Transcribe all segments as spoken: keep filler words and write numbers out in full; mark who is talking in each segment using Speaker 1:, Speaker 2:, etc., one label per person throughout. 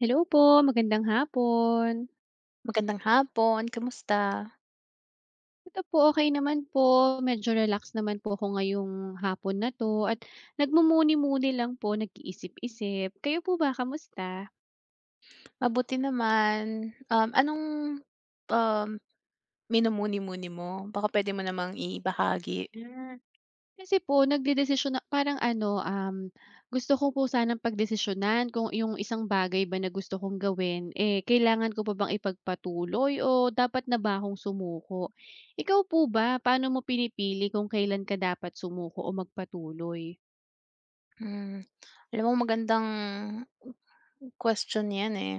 Speaker 1: Hello po, magandang hapon.
Speaker 2: Magandang hapon, kamusta?
Speaker 1: Ito po, okay naman po. Medyo relax naman po ako ngayong hapon na 'to at nagmumuni-muni lang po, nag-iisip-isip. Kayo po ba, kamusta?
Speaker 2: Mabuti naman. Um, anong um, minumuni-muni mo? Baka puwede mo namang ibahagi.
Speaker 1: Hmm. Kasi po nagdedesisyon na parang ano, um, gusto ko po sanang pagdesisyonan kung yung isang bagay ba na gusto kong gawin, eh, kailangan ko pa bang ipagpatuloy o dapat na ba akong sumuko? Ikaw po ba, paano mo pinipili kung kailan ka dapat sumuko o magpatuloy?
Speaker 2: Hmm, Alam mo magandang question 'yan, eh.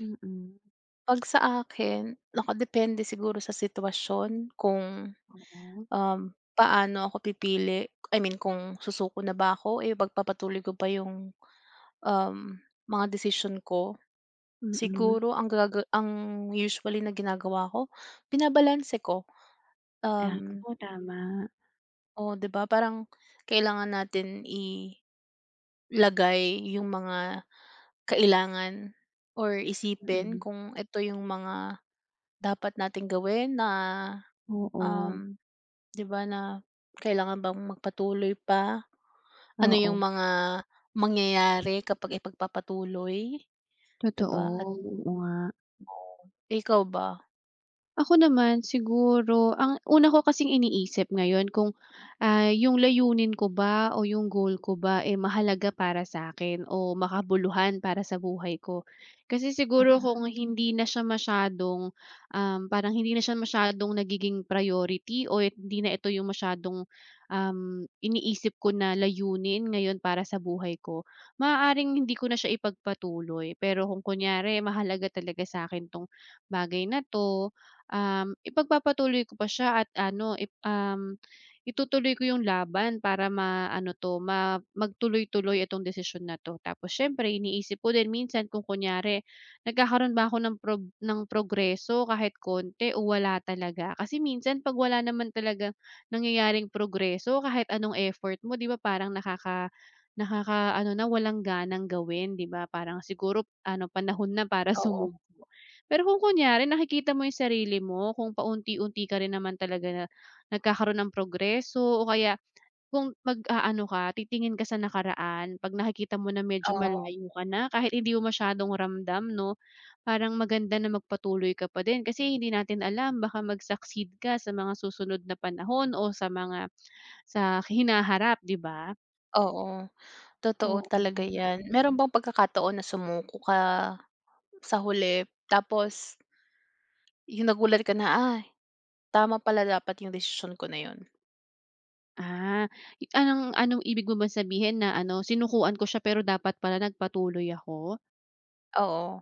Speaker 1: Mm.
Speaker 2: 'Pag sa akin, nakadepende siguro sa sitwasyon kung
Speaker 1: Oo,
Speaker 2: um, paano ako pipili, I mean kung susuko na ba ako, eh, pagpapatuloy ko ba yung um, mga decision ko.
Speaker 1: mm.
Speaker 2: Siguro ang gaga ang usually na ginagawa ko, binabalanse ko.
Speaker 1: Ah,
Speaker 2: Um,
Speaker 1: oo tama,
Speaker 2: O 'di ba parang kailangan natin ilagay yung mga kailangan or isipin
Speaker 1: mm.
Speaker 2: kung ito yung mga dapat nating gawin na
Speaker 1: Oo,
Speaker 2: um, 'di ba na kailangan bang magpatuloy pa, ano
Speaker 1: oo,
Speaker 2: yung mga mangyayari kapag ipagpapatuloy, 'di
Speaker 1: totoo,
Speaker 2: ba at
Speaker 1: oo nga.
Speaker 2: ikaw ba?
Speaker 1: Ako naman siguro ang una ko kasing iniisip ngayon kung, ah, yung layunin ko ba o yung goal ko ba, eh, mahalaga para sa akin o makabuluhan para sa buhay ko. Kasi siguro
Speaker 2: Mm,
Speaker 1: kung hindi na siya masyadong, um, parang hindi na siya masyadong nagiging priority o it- hindi na ito yung masyadong, um, iniisip ko na layunin ngayon para sa buhay ko, maaaring hindi ko na siya ipagpatuloy. Pero kung kunyari mahalaga talaga sa akin 'tong bagay na 'to, um, ipagpapatuloy ko pa siya at ano, ip um, itutuloy ko yung laban para maano 'to, ma magtuloy-tuloy itong desisyon na 'to. Tapos siyempre iniisip ko din minsan kung kunyari nagkakaroon ba ako ng prob ng progreso kahit konti o wala talaga. Kasi minsan 'pag wala naman talagang nangyayaring progreso kahit anong effort mo, 'di ba, parang nakaka nakaka ano na, walang ganang gawin, 'di ba? Parang siguro ano, panahon na para
Speaker 2: oo,
Speaker 1: sumubok. Pero kung kunyari nakikita mo yung sarili mo kung paunti-unti ka rin naman talaga na nagkakaroon ng progreso o kaya kung mag-aano ka, titingin ka sa nakaraan 'pag nakikita mo na medyo
Speaker 2: oo,
Speaker 1: malayo ka na kahit hindi mo masyadong ramdam 'no, parang maganda na magpatuloy ka pa din kasi hindi natin alam baka mag-succeed ka sa mga susunod na panahon o sa mga sa hinaharap, 'di ba?
Speaker 2: oo. Totoo
Speaker 1: Oo.
Speaker 2: talaga 'yan. Meron bang pagkakataon na sumuko ka sa huli tapos yung nagulat ka na, "Ay, tama pala dapat yung desisyon ko na 'yun."
Speaker 1: Ah, i- anong anong ibig mo bang sabihin na ano, sinukuan ko siya pero dapat pala nagpatuloy ako?
Speaker 2: Oo,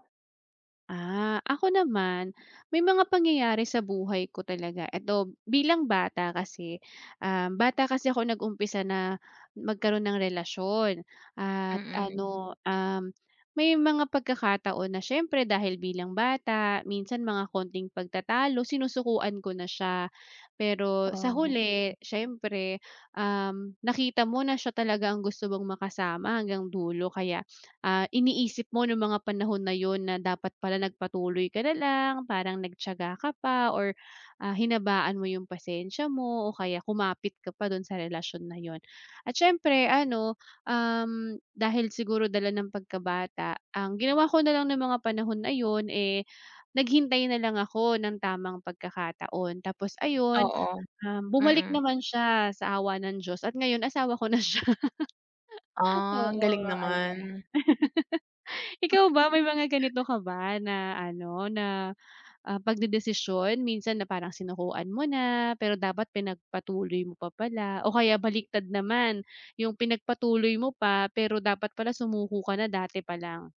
Speaker 1: Ah, ako naman, may mga pangyayari sa buhay ko talaga. Eto, bilang bata kasi, um, bata kasi ako nag-umpisa na magkaroon ng relasyon at Mm.
Speaker 2: mm.
Speaker 1: ano, um, may mga pagkakataon na siyempre dahil bilang bata, minsan mga konting pagtatalo, sinusukuan ko na siya. Pero sa
Speaker 2: Oo,
Speaker 1: huli, siyempre, um, nakita mo na siya talaga ang gusto mong makasama hanggang dulo kaya Ah, iniisip mo nung mga panahon na yon na dapat pala nagpatuloy ka na lang, parang nagtiyaga ka pa or, ah, hinabaan mo yung pasensya mo o kaya kumapit ka pa dun sa relasyon na yon. At siyempre ano, um, dahil siguro dala ng pagkabata, ang ginawa ko na lang ng mga panahon na yon eh, naghintay na lang ako ng tamang pagkakataon. Tapos ayun,
Speaker 2: oo,
Speaker 1: um, bumalik
Speaker 2: mm.
Speaker 1: naman siya sa awa ng Diyos at ngayon asawa ko na siya.
Speaker 2: Ah, ang galing
Speaker 1: Oo,
Speaker 2: naman.
Speaker 1: ayan. Ikaw ba may mga ganito ka ba na ano, na, ah, pagdedesisyon minsan na parang sinukuan mo na, pero dapat pinagpatuloy mo pa pala o kaya baliktad naman, yung pinagpatuloy mo pa, pero dapat pala sumuko ka na dati pa lang?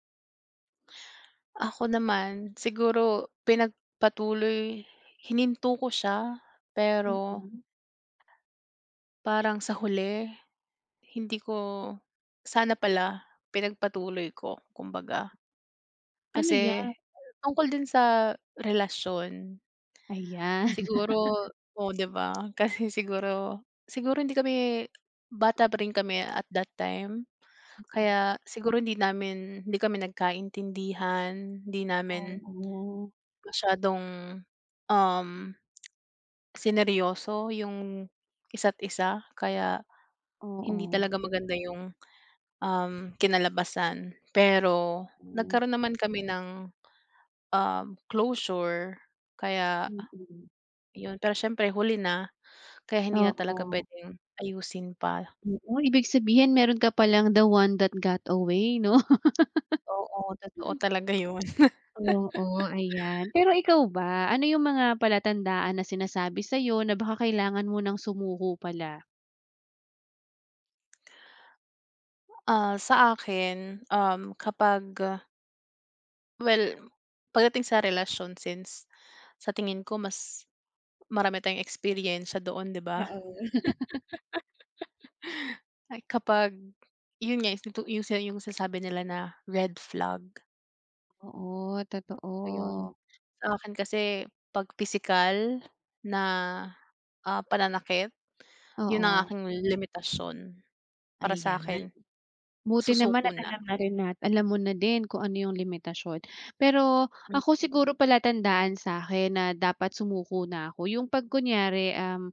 Speaker 2: Ako naman, siguro pinagpatuloy hininto ko siya, pero
Speaker 1: Mm.
Speaker 2: parang sa huli hindi ko sana pala pinagpatuloy ko kumbaga.
Speaker 1: Ano
Speaker 2: Kasi
Speaker 1: 'yan?
Speaker 2: tungkol din sa relasyon,
Speaker 1: Ayan.
Speaker 2: siguro oo, 'di ba? Kasi siguro siguro hindi kami bata pa rin kami at that time, kaya siguro hindi namin hindi kami nagkaintindihan, hindi namin
Speaker 1: Oo.
Speaker 2: masyadong, um, sineryoso yung isa't isa kaya hindi
Speaker 1: Oo,
Speaker 2: talaga maganda yung um, kinalabasan. Pero
Speaker 1: hmm.
Speaker 2: nagkaroon naman kami ng um, closure kaya
Speaker 1: Mm.
Speaker 2: yun, pero siyempre huli na, kaya hindi na talaga
Speaker 1: Oo,
Speaker 2: puwedeng ayusin pa.
Speaker 1: oo, ibig sabihin meron ka palang the one that got away 'no?
Speaker 2: Oo, totoo talaga yun.
Speaker 1: Oo, ayan. Pero ikaw ba, ano yung mga palatandaan na sinasabi sa'yo na baka kailangan mo ng sumuko pala?
Speaker 2: Ah, sa akin, um, kapag well, pagdating sa relasyon since sa tingin ko mas marami tayong eksperyensya doon, 'di ba?
Speaker 1: Oo.
Speaker 2: Ay kapag yun nga, yung yung sa yung sinasabi nila na red flag,
Speaker 1: Oo,
Speaker 2: ayun.
Speaker 1: totoo.
Speaker 2: Sa akin kasi 'pag pisikal na, ah, pananakit, yun ang
Speaker 1: Oo,
Speaker 2: aking limitasyon para
Speaker 1: ayan.
Speaker 2: sa'kin.
Speaker 1: Buti naman
Speaker 2: Susuko
Speaker 1: at
Speaker 2: na.
Speaker 1: alam na rin nat alam mo na din kung ano yung limitasyon. Pero
Speaker 2: Hmm,
Speaker 1: ako siguro palatandaan sa'kin na dapat sumuko na ako yung 'pag kunyari, um.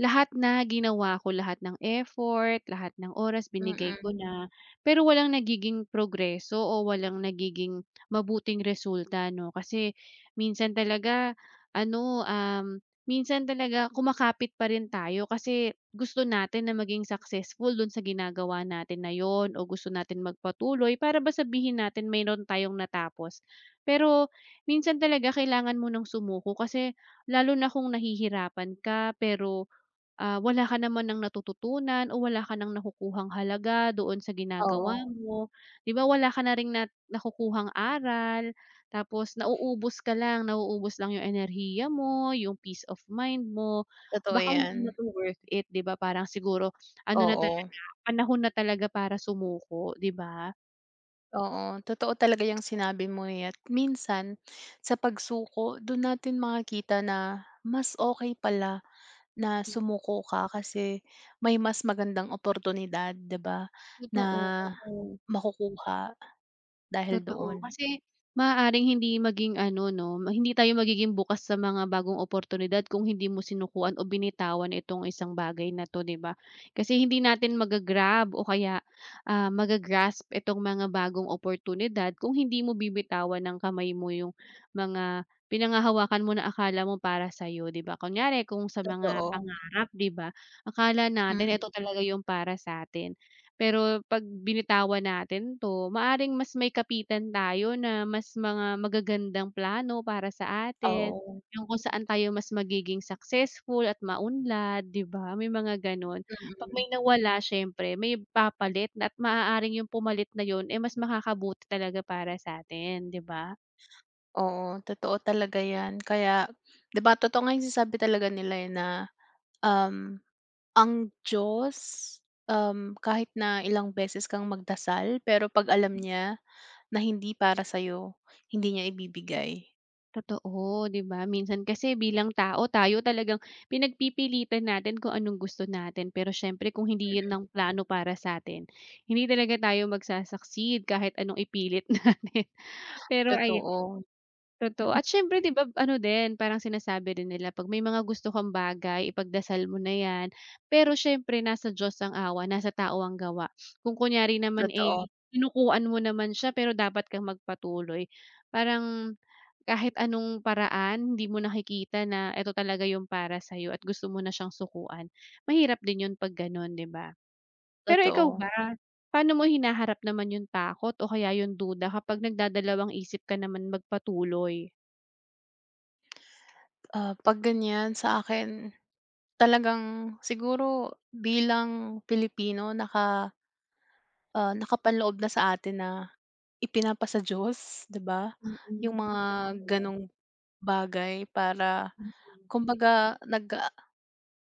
Speaker 1: Lahat na ginawa ko, lahat ng effort, lahat ng oras binigay ko
Speaker 2: mm.
Speaker 1: na, pero walang nagiging progreso o walang nagiging mabuting resulta 'no. Kasi minsan talaga ano, um, minsan talaga kumakapit pa rin tayo kasi gusto natin na maging successful dun sa ginagawa natin na yon o gusto natin magpatuloy para ba sabihin natin mayro'n tayong natapos. Pero minsan talaga kailangan mo ng sumuko kasi lalo na kung nahihirapan ka pero Ah, wala ka naman ng natututunan o wala ka ng nakukuhang halaga doon sa ginagawa
Speaker 2: Oo,
Speaker 1: mo, 'di ba wala ka na ring na nakukuhang aral, tapos nauubos ka lang, nauubos lang 'yung enerhiya mo, 'yung peace of mind mo,
Speaker 2: totoo
Speaker 1: baka hindi
Speaker 2: 'yan.
Speaker 1: na 'to worth it, 'di ba parang siguro ano na talaga,
Speaker 2: Oo,
Speaker 1: panahon na talaga para sumuko, 'di ba?
Speaker 2: oo, totoo talaga 'yang sinabi mo, eh, at minsan sa pagsuko do'n natin makikita na mas okey pala na sumuko ka kasi may mas magandang oportunidad, 'di ba, na
Speaker 1: Totoo.
Speaker 2: makukuha dahil doon.
Speaker 1: Totoo. Kasi maaaring hindi maging ano 'no, ma- hindi tayo magiging bukas sa mga bagong oportunidad kung hindi mo sinukuan o binitawan itong isang bagay na 'to, 'di ba? Kasi hindi natin magagrab o kaya, ah, maga itong mga bagong oportunidad kung hindi mo bibitawan ng kamay mo yung mga pinangahawakan mo na akala mo para sa sa'yo, 'di ba? Kunyari kung sa mga
Speaker 2: Totoo,
Speaker 1: pangarap, 'di ba, akala natin
Speaker 2: mm,
Speaker 1: ito talaga yung para sa sa'tin. Pero 'pag binitawan natin 'to, maaring mas may kapitan tayo na mas mga magagandang plano para sa atin,
Speaker 2: oo,
Speaker 1: yung kung saan tayo mas magiging successful at maunlad, 'di ba? May mga gano'n. 'Pag
Speaker 2: mm.
Speaker 1: may nawala siyempre may papalit na at maaaring yung pumalit na yun, eh, mas makakabuti talaga para sa atin, 'di ba?
Speaker 2: Oo, totoo talaga 'yan kaya 'di ba, totoo nga 'yung sinasabi talaga nila, eh, na, um ang Diyos, um, kahit na ilang beses kang magdasal, pero 'pag alam niya na hindi para sa'yo, hindi niya ibibigay.
Speaker 1: Totoo, 'di ba? Minsan kasi bilang tao, tayo talagang pinagpipilitan natin kung anong gusto natin. Pero siyempre kung hindi 'yun
Speaker 2: Mm,
Speaker 1: ang plano para sa sa'tin, hindi talaga tayo magsa-succeed kahit anong ipilit natin. Pero ayan,
Speaker 2: totoo,
Speaker 1: totoo. At siyempre 'di ba ano din, parang sinasabi din nila 'pag may mga gusto kang bagay, ipagdasal mo na 'yan. Pero siyempre nasa Diyos ang awa, nasa tao ang gawa. Kung kunyari naman,
Speaker 2: totoo,
Speaker 1: eh, kinukuan mo naman siya pero dapat kang magpatuloy, parang kahit anong paraan hindi mo nakikita na eto talaga yung para sa'yo at gusto mo na siyang sukuan, mahirap din yun 'pag gano'n, 'di ba? Pero ikaw
Speaker 2: totoo.
Speaker 1: ba, paano mo hinaharap naman yung takot o kaya yung duda kapag nagdadalawang-isip ka naman magpatuloy?
Speaker 2: Ah, 'pag ganyan sa akin, talagang siguro bilang Pilipino naka, ah, nakapanloob na sa atin na ipinapa sa Diyos, 'di ba, yung mga gano'ng bagay para kumbaga nag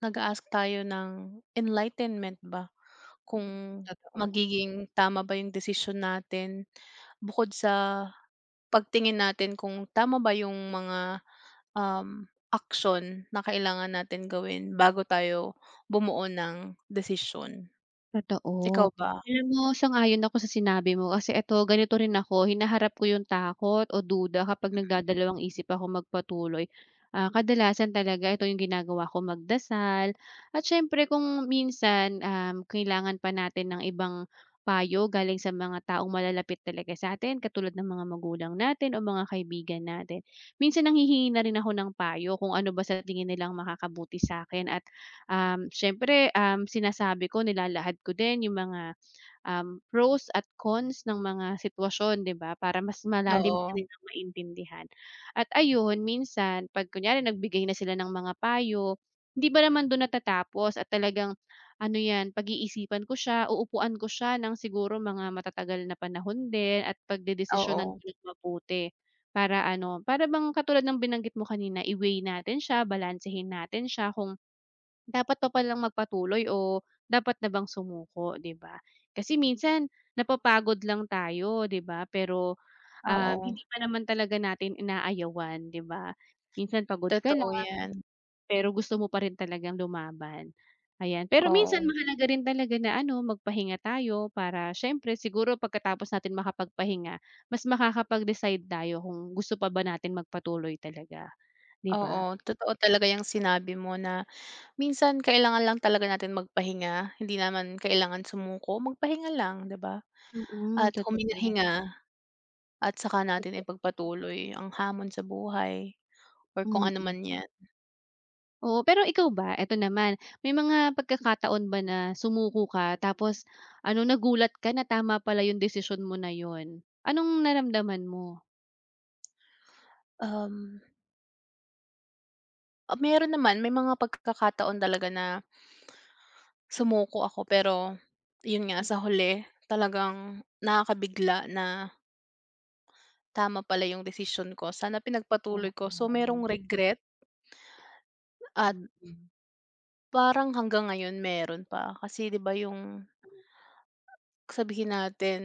Speaker 2: nag ask tayo ng enlightenment ba? Kung magiging tama ba yung desisyon natin bukod sa pagtingin natin kung tama ba yung mga um, aksyon na kailangan natin gawin bago tayo bumuo ng desisyon. Ikaw
Speaker 1: Totoo.
Speaker 2: ba?
Speaker 1: Alam mo, sang-ayon ako sa sinabi mo kasi eto ganito rin ako, hinaharap ko yung takot o duda kapag nagdadalawang isip ako magpatuloy. Ah, kadalasan talaga ito yung ginagawa ko, magdasal at siyempre kung minsan, um, kailangan pa natin ng ibang payo galing sa mga taong malalapit talaga sa sa'tin katulad ng mga magulang natin o mga kaibigan natin. Minsan nanghihingi na rin ako ng payo kung ano ba sa tingin nilang makakabuti sa akin at Um, siyempre, um, sinasabi ko, nilalahad ko din yung mga, um, pros at cons ng mga sitwasyon, 'di ba? Para mas malalim pa
Speaker 2: Oo,
Speaker 1: rin ang maintindihan. At ayun, minsan 'pag kunyari nagbigay na sila ng mga payo, hindi pa naman dun natatapos at talagang ano 'yan, pag-iisipan ko siya, uupuan ko siya ng siguro mga matatagal na panahon din at pagdedesisyonan
Speaker 2: oo,
Speaker 1: ko ng mabuti. Para ano, para bang katulad ng binanggit mo kanina, i-weigh natin siya, balansehin natin siya kung dapat pa palang magpatuloy o dapat na bang sumuko, 'di ba? Kasi minsan napapagod lang tayo, 'di ba? Pero, um,
Speaker 2: oo,
Speaker 1: hindi pa naman talaga natin inaayawan, 'di ba? Minsan pagod ka lang,
Speaker 2: totoo 'yan.
Speaker 1: pero gusto mo pa rin talagang lumaban, ayan. Pero minsan
Speaker 2: Oo,
Speaker 1: mahalaga rin talaga na ano, magpahinga tayo para siyempre siguro pagkatapos natin makapagpahinga, mas makakapag-decide tayo kung gusto pa ba natin magpatuloy talaga, 'di
Speaker 2: oo,
Speaker 1: ba?
Speaker 2: totoo talaga yang sinabi mo na minsan kailangan lang talaga natin magpahinga, hindi naman kailangan sumuko, magpahinga lang, 'di ba?
Speaker 1: Mm,
Speaker 2: At
Speaker 1: totoo,
Speaker 2: huminga-hinga. At saka natin
Speaker 1: totoo,
Speaker 2: ipagpatuloy ang hamon sa buhay or kung ano
Speaker 1: mm.
Speaker 2: man 'yan.
Speaker 1: Oo, pero ikaw ba, eto naman, may mga pagkakataon ba na sumuko ka tapos ano, nagulat ka na tama pala yung desisyon mo na yun? Anong naramdaman mo?
Speaker 2: Um, ah, Meron naman, may mga pagkakataon talaga na sumuko ako pero 'yun nga
Speaker 1: Hmm,
Speaker 2: sa huli talagang nakakabigla na tama pala 'yung decision ko, sana pinagpatuloy ko. So
Speaker 1: oo,
Speaker 2: merong regret at
Speaker 1: mm.
Speaker 2: parang hanggang ngayon meron pa kasi 'di ba 'yung sabihin natin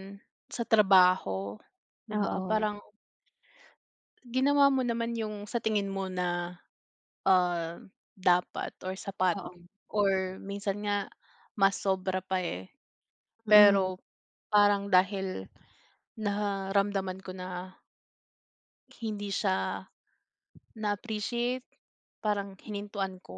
Speaker 2: sa trabaho, 'di ba
Speaker 1: Oo,
Speaker 2: parang ginawa mo naman 'yung sa tingin mo na um, dapat or sapat
Speaker 1: oo,
Speaker 2: or minsan nga mas sobra pa, eh.
Speaker 1: mm.
Speaker 2: Pero parang dahil naramdaman ko na hindi siya na-appreciate, parang hinintuan ko.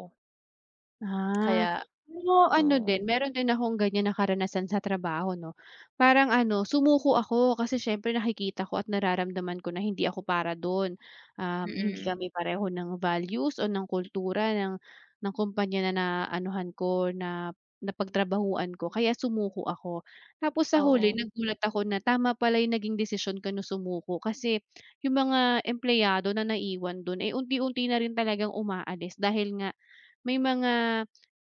Speaker 1: Ah,
Speaker 2: Kaya
Speaker 1: pero ano din,
Speaker 2: oo,
Speaker 1: meron din akong ganyan na karanasan sa trabaho 'no. Parang ano, sumuko ako kasi siyempre nakikita ko at nararamdaman ko na hindi ako para dun. Um, hindi
Speaker 2: mm,
Speaker 1: kami pareho ng values o ng kultura ng ng kumpanya na naanuhan ko, na napagtrabahuan ko kaya sumuko ako. Tapos sa huli
Speaker 2: oo.
Speaker 1: nagulat ako na tama pala yung naging desisyon ko na sumuko kasi yung mga empleyado na naiwan dun, eh, unti-unti na rin talagang umaalis dahil nga may mga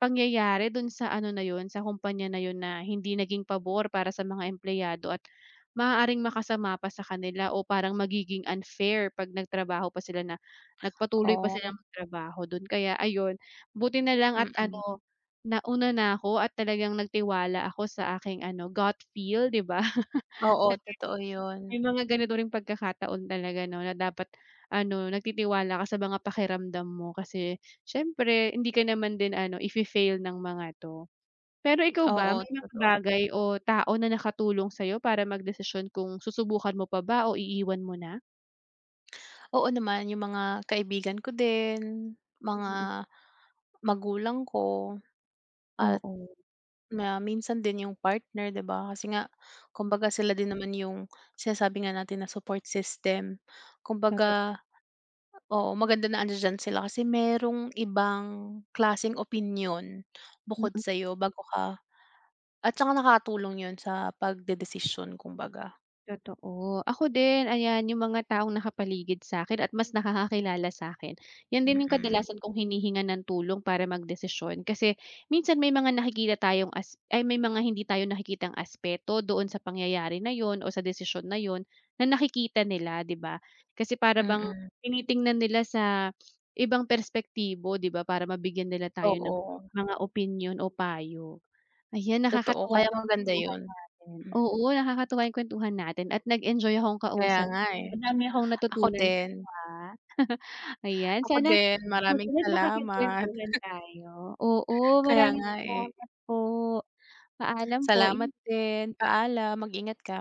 Speaker 1: pangyayari dun sa ano na yun, sa kumpanya na yun na hindi naging pabor para sa mga empleyado at maaaring makasama pa sa kanila o parang magiging unfair 'pag nagtrabaho pa sila na nagpatuloy pa
Speaker 2: Oh,
Speaker 1: silang magtrabaho dun. Kaya ayun, buti na lang at
Speaker 2: mm.
Speaker 1: ano, nauna na ako at talagang nagtiwala ako sa aking ano, gut feel, 'di ba?
Speaker 2: Oo, totoo 'yun.
Speaker 1: May mga ganito ring pagkakataon talaga 'no, na dapat ano, nagtitiwala ka sa mga pakiramdam mo kasi siyempre hindi ka naman din ano, ife-fail ng mga 'to. Pero ikaw ba,
Speaker 2: Oo,
Speaker 1: may mga
Speaker 2: totoo.
Speaker 1: bagay o tao na nakatulong sa'yo para magdesisyon kung susubukan mo pa ba o iiwan mo na?
Speaker 2: Oo naman, yung mga kaibigan ko din,
Speaker 1: Mm,
Speaker 2: mga magulang ko at
Speaker 1: oo,
Speaker 2: na minsan din yung partner 'di ba? Kasi nga kumbaga sila din naman yung sinasabi nga natin na support system.
Speaker 1: totoo.
Speaker 2: Kumbaga oo, maganda na andiyan sila kasi merong ibang klaseng opinion bukod
Speaker 1: Mm.
Speaker 2: sa sa'yo bago ka at saka nakakatulong yun sa pagdedesisyon kumbaga.
Speaker 1: Totoo. Ako din, ayan, yung mga taong nakapaligid sa akin at mas nakakakilala sa akin yan din yung
Speaker 2: Mm,
Speaker 1: kadalasan kong hinihingan ng tulong para magdesisyon. Kasi minsan may mga nakikita tayong as ay, may mga hindi tayo nakikitang aspeto doon sa pangyayari na yon o sa desisyon na yon na nakikita nila, 'di ba? Kasi para bang
Speaker 2: mm.
Speaker 1: tinitingnan nila sa ibang perspektibo, 'di ba, para mabigyan nila tayo ng
Speaker 2: Oo,
Speaker 1: mga opinion o payo. Ayan,
Speaker 2: totoo
Speaker 1: nakakatuwa
Speaker 2: kaya
Speaker 1: Kaya yung
Speaker 2: maganda
Speaker 1: kwentuhan
Speaker 2: yun.
Speaker 1: natin.
Speaker 2: Hmm,
Speaker 1: Oo, nakakatuwa yung kwentuhan natin at nag-enjoy akong
Speaker 2: Kaya
Speaker 1: kausap.
Speaker 2: nga, eh.
Speaker 1: Madami akong
Speaker 2: Ako
Speaker 1: natutunan
Speaker 2: din,
Speaker 1: sa'yo, ah. Ayan,
Speaker 2: ako
Speaker 1: sana
Speaker 2: din
Speaker 1: sa
Speaker 2: maraming
Speaker 1: susunod
Speaker 2: salamat.
Speaker 1: makapagkwentuhan tayo. Oo,
Speaker 2: Kaya
Speaker 1: maraming
Speaker 2: nga, eh.
Speaker 1: salamat po. Paalam po,
Speaker 2: Salamat din, paalam, mag-ingat ka.